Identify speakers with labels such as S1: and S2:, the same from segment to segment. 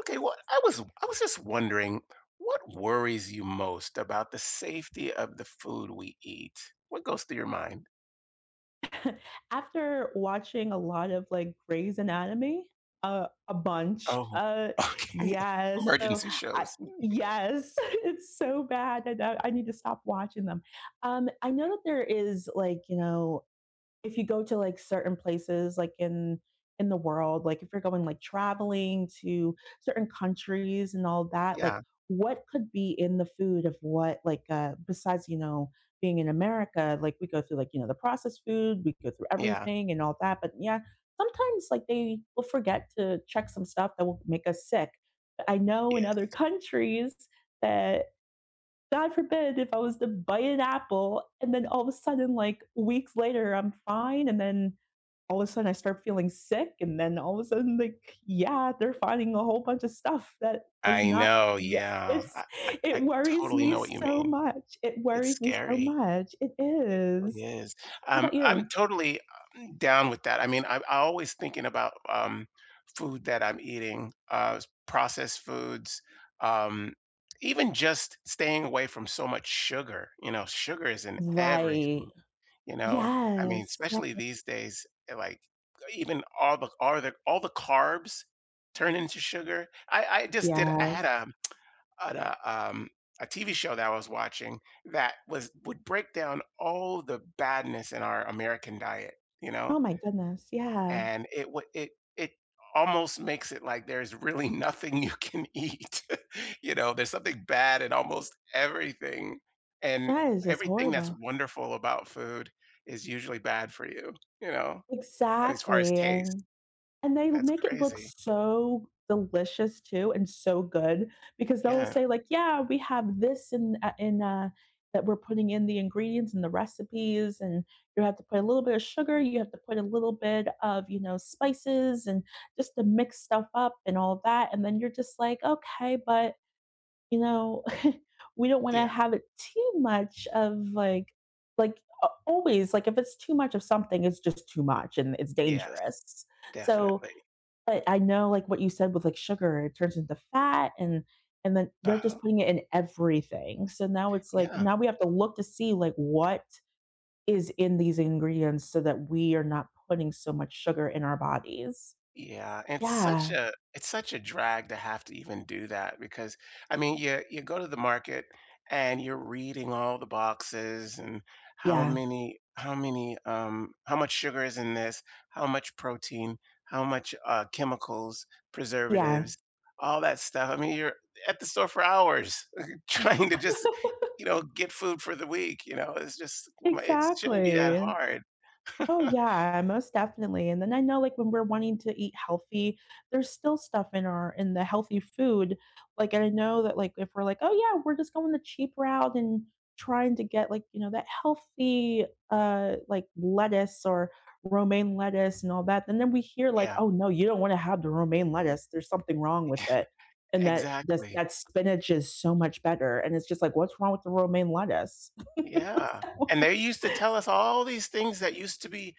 S1: Okay, well, I was just wondering what worries you most about the safety of the food we eat? What goes through your mind?
S2: After watching a lot of, like, Grey's Anatomy, a bunch,
S1: Oh, okay.
S2: yes, so
S1: Emergency
S2: I
S1: shows.
S2: yes, it's so bad, I know I need to stop watching them. I know that there is, like, you know, if you go to, like, certain places, like, in the world, like, if you're going, like, traveling to certain countries and all that, like,
S1: Yeah.
S2: what could be in the food of what, like, besides, you know, being in America, like, we go through, like, you know, the processed food, we go through
S1: Yeah.
S2: everything and all that, but, yeah, sometimes, like, they will forget to check some stuff that will make us sick. But I know in
S1: Yeah.
S2: other countries that God forbid if I was to bite an apple and then all of a sudden, like, weeks later, I'm fine. And then all of a sudden I start feeling sick. And then all of a sudden, like, yeah, they're finding a whole bunch of stuff that was
S1: I
S2: not
S1: know,
S2: yeah.
S1: yeah.
S2: It's it
S1: I
S2: worries
S1: totally
S2: me
S1: know what you
S2: so
S1: mean.
S2: much. It
S1: It's
S2: worries me so
S1: scary.
S2: much. It
S1: It
S2: is.
S1: really is.
S2: How about
S1: I'm
S2: you?
S1: totally, down with that. I mean, I'm always thinking about, food that I'm eating, s processed foods, um, even just staying away from so much sugar, you know, sugar is in
S2: Right.
S1: everything, you know? I mean,
S2: Yes. Yes.
S1: especially these days, eh, like, even all the all the carbs turn into sugar. I just did I had
S2: Yes.
S1: a on a a TV show that I was watching that was would break down all the badness in our American diet, you know,
S2: Oh my goodness. Yeah.
S1: and it almost makes it like there's really nothing you can eat, you know. There's something bad in almost everything, and
S2: That is just
S1: everything that's
S2: horrible.
S1: wonderful about food is usually bad for you, you know, as far as
S2: Exactly.
S1: taste.
S2: And they
S1: That's
S2: make it look
S1: crazy.
S2: so delicious too and so good because they'll
S1: Yeah,
S2: say like, "Yeah, we have this in a that we're putting in the ingredients and the recipes, and you have to put a little bit of sugar, you have to put a little bit of, you know, spices and just to mix stuff up and all that." And then you're just like, "Okay, but, you know, we don't wanna
S1: yeah,
S2: have it too much of, like a always, like, if it's too much of something, it's just too much and it's
S1: yes,
S2: dangerous." So
S1: definitely.
S2: but I know, like, what you said with, like, sugar, it turns into fat, and then
S1: Uh,
S2: they're just putting it in everything. So now it's like
S1: yeah.
S2: now we have to look to see, like, what is in these ingredients so that we are not putting so much sugar in our bodies.
S1: Yeah, and it's such
S2: Yeah.
S1: a it's such a drag to have to even do that because I mean you go to the market and you're reading all the boxes and how
S2: Yeah.
S1: many how many how much sugar is in this, how much protein, how much chemicals,
S2: Yeah.
S1: preservatives, all that stuff. I mean you're at the store for hours trying to just you know get food for the week, you know. It's just it shouldn't be that
S2: Exactly.
S1: hard.
S2: Oh, yeah, most definitely, and then I know, like, when we're wanting to eat healthy, there's still stuff in our in the healthy food, like, and I know that, like, if we're like, "Oh, yeah, we're just going the cheap route and trying to get, like, you know, that healthy, like, lettuce or romaine lettuce and all that," and then we hear like,
S1: Yeah,
S2: "Oh, no, you don't wanna have the romaine lettuce, there's something wrong with it," and that that
S1: exactly.
S2: that spinach is so much better, and it's just like, "What's wrong with the romaine lettuce?"
S1: Yeah,
S2: So
S1: and they used to tell us all these things that used to be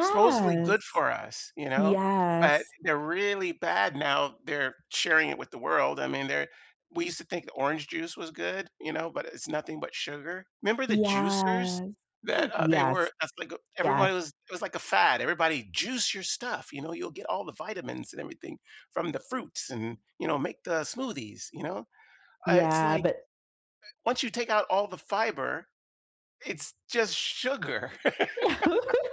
S1: supposedly good for us, you know, but
S2: Yes.
S1: they're really bad now, they're sharing it with the world, I mean, they're we used to think the orange juice was good, you know, but it's nothing but sugar. Remember the juicers
S2: Yes.
S1: that, they were
S2: Yes.
S1: that's like a everybody
S2: Yes.
S1: was it was like a fad, everybody, "Juice your stuff," you know, "You'll get all the vitamins and everything from the fruits and, you know, make the smoothies," you know? It's
S2: Yeah,
S1: like,
S2: but
S1: once you take out all the fiber it's just sugar.
S2: yeah.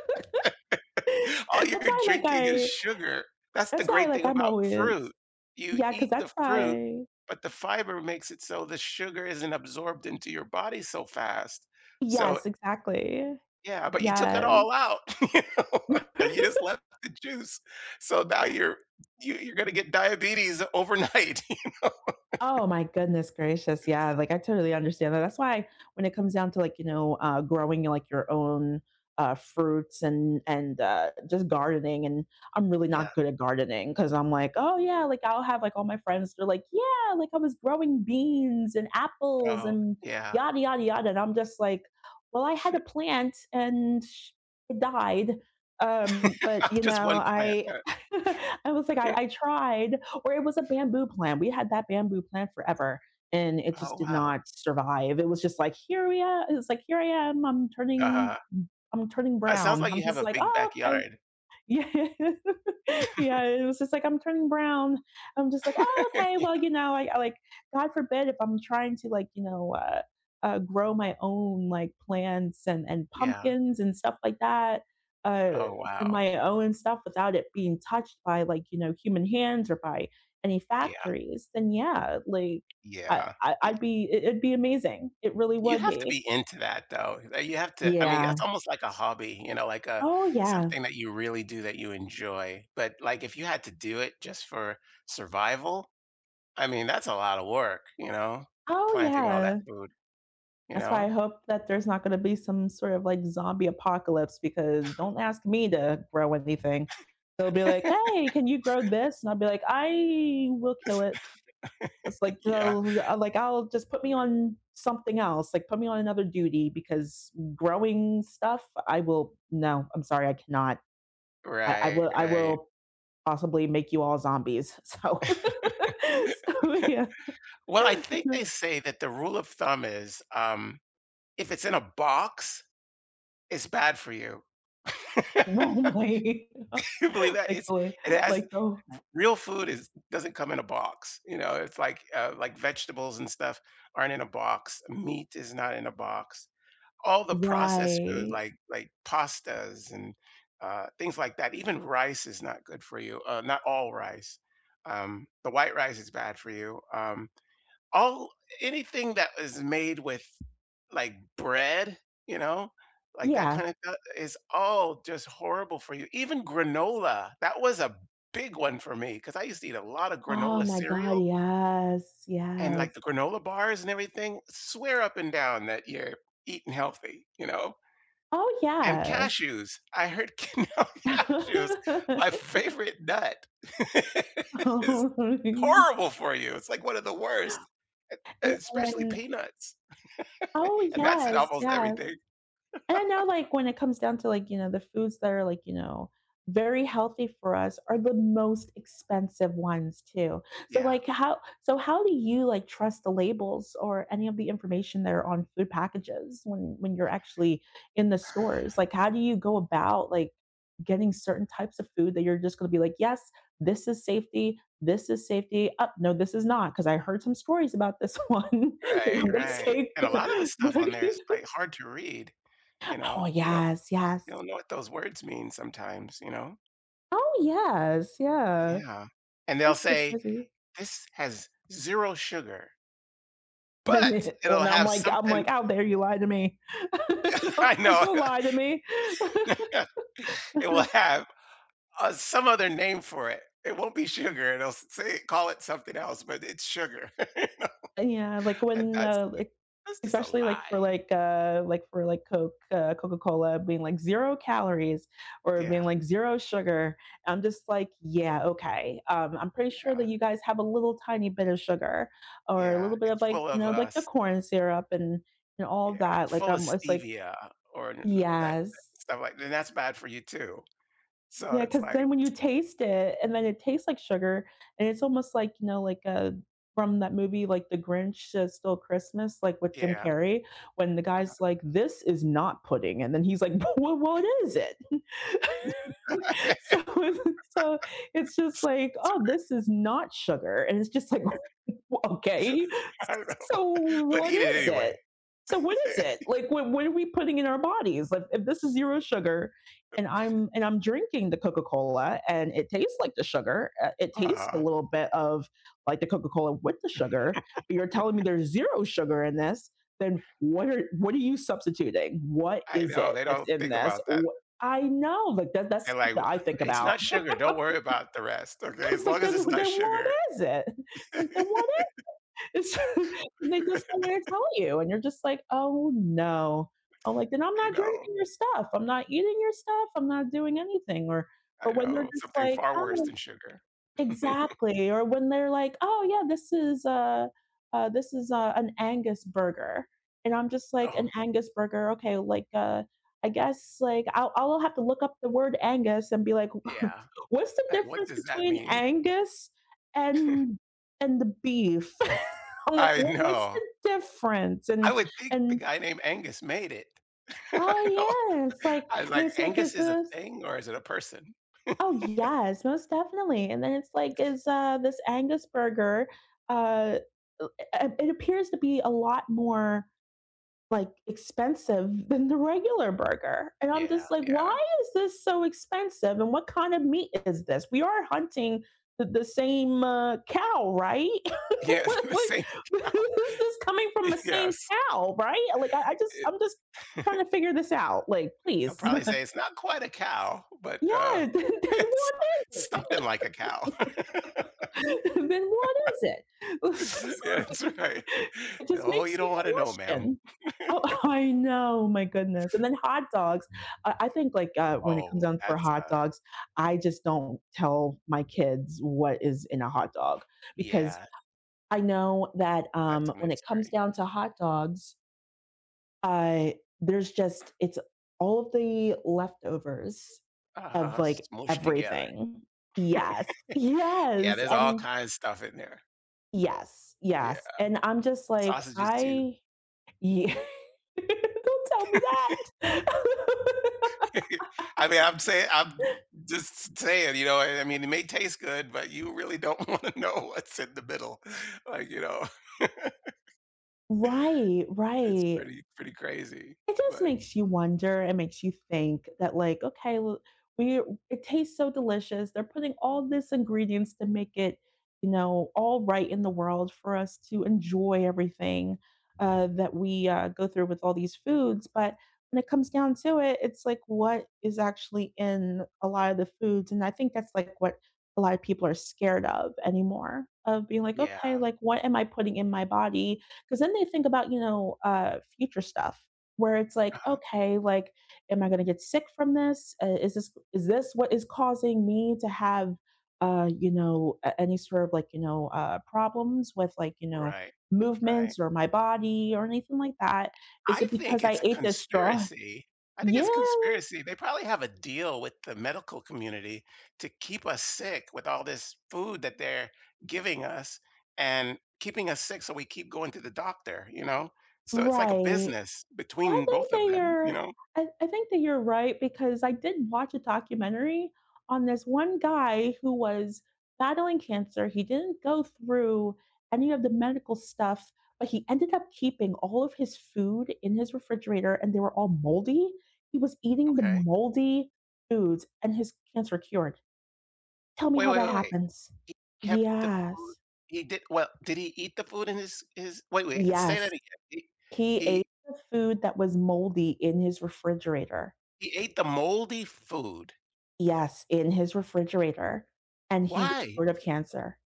S1: All
S2: that's
S1: you're
S2: why, like,
S1: drinking is
S2: I
S1: sugar. That's the
S2: that's why,
S1: great
S2: like,
S1: thing
S2: I'm
S1: about fruit.
S2: always
S1: You
S2: yeah, because
S1: eat the
S2: that's
S1: fruit,
S2: why
S1: but the fiber makes it so the sugar isn't absorbed into your body so fast. So,
S2: yes, exactly.
S1: yeah, but you took it all
S2: Yes.
S1: out, you know, and you just left the juice. So now you're you're gonna get diabetes overnight.
S2: Oh my goodness gracious. Yeah, like, I totally understand that. That's why when it comes down to, like, you know, growing, like, your own fruits and just gardening, and I'm really
S1: Yeah.
S2: not good at gardening because I'm like, oh yeah, like, I'll have, like, all my friends. They're like, yeah, like, I was growing beans and apples
S1: Oh,
S2: and
S1: yeah.
S2: yada yada yada, and I'm just like, well, I had a plant and it died. But you
S1: Just one
S2: know,
S1: plant.
S2: I I was like, I tried or it was a bamboo plant. We had that bamboo plant forever and it just
S1: Oh,
S2: did
S1: wow.
S2: not survive. It was just like, here we are. It's like, here I am.
S1: uh
S2: I'm turning
S1: It sounds
S2: brown.
S1: like
S2: I'm
S1: you have
S2: just
S1: a
S2: like,
S1: big
S2: oh, okay.
S1: backyard.
S2: Yeah. Yeah, it was just like, "I'm turning brown." I'm just like, "Oh, okay. Well,
S1: Yeah.
S2: you know, I like, God forbid if I'm trying to, like, you know, grow my own, like, plants and
S1: Yeah.
S2: pumpkins and stuff like that, uh,
S1: Oh,
S2: for
S1: wow.
S2: my own stuff without it being touched by, like, you know, human hands or by any
S1: Yeah,
S2: factories, then yeah, like, I
S1: yeah.
S2: I
S1: Y
S2: I'd be it'd be amazing. It really
S1: you
S2: would
S1: have to
S2: be.
S1: be into that, though. You have to I mean,
S2: Yeah.
S1: that's almost like a hobby, you know, like a
S2: Oh, yeah.
S1: something that you really do that you enjoy. But, like, if you had to do it just for survival, I mean, that's a lot of work, you know,
S2: Oh,
S1: planting all that
S2: yeah.
S1: food, you
S2: That's why
S1: know?
S2: I hope that there's not going to be some sort of, like, zombie apocalypse because don't ask me to grow anything. They'll be like, "Hey, can you grow this?" And I'll be like, "I will kill it." It's like
S1: Yeah.
S2: so, like, I'll just put me on something else, like, put me on another duty because growing stuff, I will. No, I'm sorry, I cannot. I
S1: Right,
S2: will. I
S1: right.
S2: will possibly make you all zombies. So, so yeah,
S1: Well, I think they say that the rule of thumb is, if it's in a box, it's bad for you.
S2: wrongly,
S1: you believe that?
S2: like
S1: It's
S2: the
S1: it has
S2: like the
S1: real food is doesn't come in a box, you know, it's like vegetables and stuff aren't in a box, meat is not in a box. All the processed food
S2: Right.
S1: like pastas and, things like that, even rice is not good for you, not all rice. The white rice is bad for you, all anything that is made with like bread, you know, like that
S2: Yeah.
S1: kind of stuff is all just horrible for you. Even granola, that was a big one for me because I used to eat a lot of
S2: Oh
S1: granola
S2: my god,
S1: cereal
S2: yes,
S1: and
S2: yes.
S1: like the granola bars and everything. Swear up and down that you're eating healthy, you know,
S2: Oh,
S1: and
S2: yeah.
S1: cashews. I heard no, cashews. My favorite nut is
S2: Oh,
S1: horrible for you. It's like one of the worst, e
S2: And
S1: especially
S2: and
S1: peanuts,
S2: oh,
S1: and that's in
S2: yes,
S1: almost
S2: yes.
S1: everything.
S2: And I know, like, when it comes down to, like, you know, the foods that are, like, you know, very healthy for us are the most expensive ones too. So,
S1: Yeah.
S2: like, how do you, like, trust the labels or any of the information that are on food packages when you're actually in the stores? Like, how do you go about, like, getting certain types of food that you're just gonna be like, "Yes, this is safety. This is safety. Up, no, this is not because I heard some stories about this one
S1: Right,
S2: that
S1: right, and a lot of the
S2: I'm
S1: stuff
S2: gonna
S1: on there is,
S2: say."
S1: like, hard to read, you know?
S2: Oh, yes, yes.
S1: You don't know what those words mean sometimes, you know?
S2: Oh, yes, yeah.
S1: Yeah, and they'll
S2: It's just
S1: say,
S2: busy.
S1: "This has 0 sugar,"
S2: When
S1: but
S2: it
S1: it'll
S2: when I'm
S1: have
S2: like I'm
S1: something
S2: like, "How dare you lie to me?" I
S1: I
S2: was like,
S1: know.
S2: you lie to me."
S1: It will have some other name for it. It won't be sugar. It'll say call it something else, but it's sugar.
S2: And yeah, like,
S1: and
S2: when, like,
S1: that's just a
S2: especially like for
S1: lie.
S2: like, like for, like, Coke, Coca-Cola being like 0 calories or being
S1: Yeah,
S2: like 0 sugar, I'm just like, "Yeah, okay. I'm pretty sure
S1: yeah,
S2: that you guys have a little tiny bit of sugar or a
S1: yeah.
S2: little bit of,
S1: It's
S2: like,
S1: full
S2: you
S1: of
S2: know, like the
S1: s-
S2: corn syrup and all of
S1: yeah, it's
S2: that." Like,
S1: full of
S2: it's like
S1: stevia or n- that,
S2: yes.
S1: that stuff like, and that's bad for you too. So
S2: Yeah,
S1: it's
S2: because
S1: like,
S2: then when you taste it, and then it tastes like sugar, and it's almost like, you know, like, from that movie, like, The Grinch, Stole Christmas, like, with Jim
S1: yeah,
S2: Carrey, when the guy's like, "This is not pudding," and then he's like, "Well, what is it?" So, so it's just like, "Oh, this is not sugar," and it's just like, okay
S1: I don't know,
S2: so
S1: but
S2: what
S1: eat it
S2: is it
S1: anyway.
S2: so what is it, like, what are we putting in our bodies, like, if this is zero sugar and I'm drinking the Coca-Cola and it tastes like the sugar, it tastes a
S1: Uh,
S2: little bit of, like, the Coca-Cola with the sugar but you're telling me there's zero sugar in this then what are you substituting, what
S1: I
S2: is
S1: know
S2: it
S1: they
S2: that's
S1: don't
S2: in
S1: think
S2: this?
S1: about that.
S2: I know, like, that, that's
S1: They're
S2: stuff
S1: like, "Well,
S2: that I think
S1: it's
S2: about.
S1: not sugar. Don't worry about the rest. Okay, as
S2: It's like,
S1: long as it's not
S2: then what
S1: sugar,
S2: is it? It's like, then what it's and they
S1: you
S2: just don't wanna tell you, and you're just like, "Oh, no." I'm like, "Then I'm not
S1: know.
S2: drinking your stuff, I'm not eating your stuff, I'm not doing anything,"
S1: I
S2: or when they're
S1: know,
S2: just
S1: something
S2: like,
S1: far worse
S2: "Oh"
S1: than sugar.
S2: Exactly, or when they're like, "Oh, yeah, this is a an Angus burger," and I'm just like,
S1: Oh,
S2: "An Angus burger, okay, like, I guess, like, I'll have to look up the word Angus and be like,
S1: yeah.
S2: "What's the
S1: Like, what
S2: difference
S1: does that
S2: between
S1: mean?
S2: Angus and and the beef?" I'm like,
S1: I
S2: "What what's the
S1: know.
S2: difference?"
S1: I would think the
S2: And,
S1: guy named Angus made it. I know.
S2: "Oh, yeah," it's like
S1: I was
S2: and
S1: like,
S2: it's like,
S1: "Angus
S2: "Is
S1: is a
S2: this"
S1: thing or is it a person?"
S2: Oh, yes, most definitely, and then it's like, is, this Angus burger, uh, uh, it appears to be a lot more, like, expensive than the regular burger, and I'm
S1: Yeah,
S2: just like, "Why
S1: yeah.
S2: is this so expensive, and what kind of meat is this? We are hunting the same, cow, right?
S1: Yeah,
S2: What
S1: the same cow.
S2: this is coming from the same
S1: Yes.
S2: cow, right?" Like, I just
S1: It
S2: I'm just trying to figure this out, like,
S1: I'll
S2: please.
S1: probably say it's not quite a cow, but,
S2: Yeah, then
S1: it's
S2: what is it?
S1: something like a cow.
S2: then what is it? It's just
S1: Yeah, that's right.
S2: like it just
S1: Oh,
S2: makes
S1: you
S2: you
S1: don't wanna know, ma'am."
S2: question. Oh, I know, my goodness. And then hot dogs, I think, like, when it comes
S1: Oh,
S2: down for
S1: that's,
S2: hot dogs, I just don't tell my kids what is in a hot dog because
S1: yeah,
S2: I know that,
S1: that's a
S2: when it comes
S1: mystery.
S2: down to hot dogs, uh, there's just it's all of the leftovers of,
S1: Uh-huh,
S2: like,
S1: smooshed together.
S2: everything. Yes,
S1: Yeah,
S2: yes,
S1: there's all
S2: and
S1: kinds of stuff in there.
S2: yes,
S1: Yeah,
S2: yes, and I'm just like,
S1: sausages too.
S2: "I yeah, don't tell me that."
S1: I mean, I'm saying I'm just saying, you know, I mean, it may taste good, but you really don't want to know what's in the middle. Like, you know,
S2: Right,
S1: it's
S2: right,
S1: pretty crazy,
S2: it just
S1: but
S2: makes you wonder, it makes you think that like, okay, l we it tastes so delicious, they're putting all this ingredients to make it, you know, all right in the world for us to enjoy everything, that we, go through with all these foods, but when it comes down to it, it's like what is actually in a lot of the foods, and I think that's like what a lot of people are scared of anymore, of being like, "Okay,
S1: yeah.
S2: like, what am I putting in my body? Because then they think about, you know, future stuff where it's like,
S1: Uh-huh.
S2: okay, like, am I going to get sick from this? Is this what is causing me to have, you know, any sort of, like, you know, problems with, like, you know,
S1: Right. Right.
S2: movements or my body or anything like that? Is
S1: I
S2: it
S1: think
S2: because I
S1: it's a
S2: ate this straw?
S1: conspiracy. I think
S2: Yeah,
S1: it's a conspiracy. They probably have a deal with the medical community to keep us sick with all this food that they're giving us and keeping us sick so we keep going to the doctor, you know? So it's like a
S2: right.
S1: business
S2: I
S1: between
S2: think
S1: both of
S2: that
S1: them, you
S2: you're
S1: know?
S2: I think that you're right because I did watch a documentary on this one guy who was battling cancer. He didn't go through any of the medical stuff, but he ended up keeping all of his food in his refrigerator and they were all moldy. He was eating the
S1: Okay.
S2: moldy foods and his cancer cured. Tell me
S1: Wait,
S2: how
S1: wait,
S2: that
S1: wait, wait.
S2: happens.
S1: He kept the food.
S2: Yes.
S1: He did well, did he eat the food in his wait, wait, say that
S2: Yes.
S1: again. He
S2: He ate
S1: he,
S2: the food that was moldy in his refrigerator.
S1: he ate the moldy food.
S2: Yes, in his refrigerator, and he was
S1: Why?
S2: cured of cancer.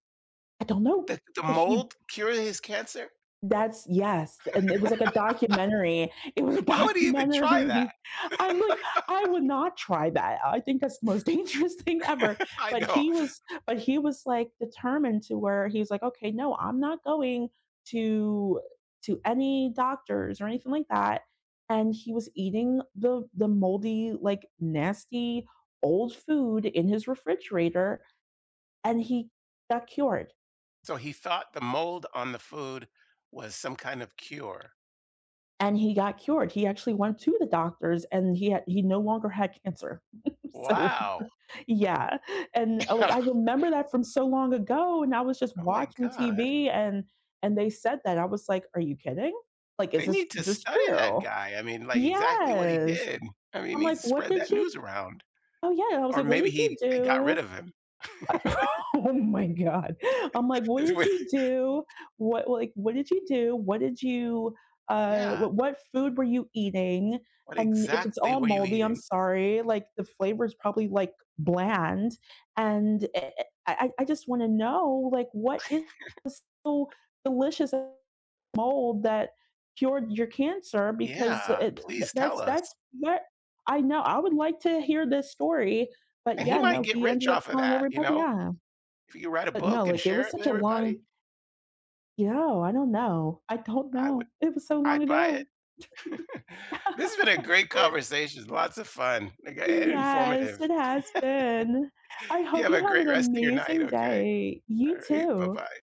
S2: I don't know,
S1: The
S2: but he
S1: mold cured his cancer?
S2: that's yes, and it was like a documentary. It was a
S1: Why would he even try that?
S2: documentary. I'm like, "I would not try that. I think that's the most dangerous thing ever."
S1: I know.
S2: But he was, like, determined to where he was like, "Okay, no, I'm not going to to any doctors or anything like that." And he was eating the moldy, like, nasty old food in his refrigerator, and he got cured.
S1: So he thought the mold on the food was some kind of cure.
S2: And he got cured. He actually went to the doctors and he had, he no longer had cancer. so
S1: Wow.
S2: yeah. And, like, I remember that from so long ago and I was just
S1: Oh my
S2: watching
S1: god.
S2: TV and they said that. I was like, "Are you kidding? Like,
S1: They need to
S2: is this
S1: study that
S2: true?"
S1: guy. I mean, like, exactly what he
S2: Yes.
S1: did. I mean, he
S2: I'm
S1: needs
S2: like,
S1: to
S2: "What
S1: spread
S2: did
S1: that
S2: you
S1: news around.
S2: Oh yeah." I was
S1: Or
S2: like, "What
S1: maybe
S2: did you
S1: he they got rid
S2: do?"
S1: of him.
S2: Oh my god. I'm like, "What
S1: It's
S2: did
S1: weird.
S2: you do? What like, what did you do? What did you,
S1: Yeah.
S2: what food were you eating?"
S1: What
S2: And if it's
S1: exactly
S2: all
S1: were you
S2: moldy, I'm
S1: eating?
S2: sorry, like, the flavor is probably, like, bland, and I I just wanna know, like, what is so delicious about mold that cured your cancer because
S1: Yeah,
S2: it th
S1: please tell
S2: that's
S1: us.
S2: that I know, I would like to hear this story, but
S1: And he
S2: yeah, no,
S1: might get
S2: he
S1: rich
S2: ended up
S1: off of
S2: telling
S1: that, you
S2: everybody
S1: know?
S2: yeah.
S1: If you write a
S2: But
S1: book
S2: no,
S1: and
S2: like, it
S1: share
S2: was
S1: it
S2: such
S1: with
S2: a
S1: everybody,
S2: long you know, I don't know. I don't
S1: I would
S2: know. It was so
S1: I'd
S2: long
S1: buy it.
S2: ago.
S1: This has been a great conversation, lots of fun, like, and
S2: Yes,
S1: informative.
S2: it has been. I
S1: You
S2: hope
S1: have a
S2: you have
S1: great
S2: an
S1: rest of your night,
S2: amazing
S1: okay?
S2: day. You
S1: All right,
S2: too.
S1: bye-bye.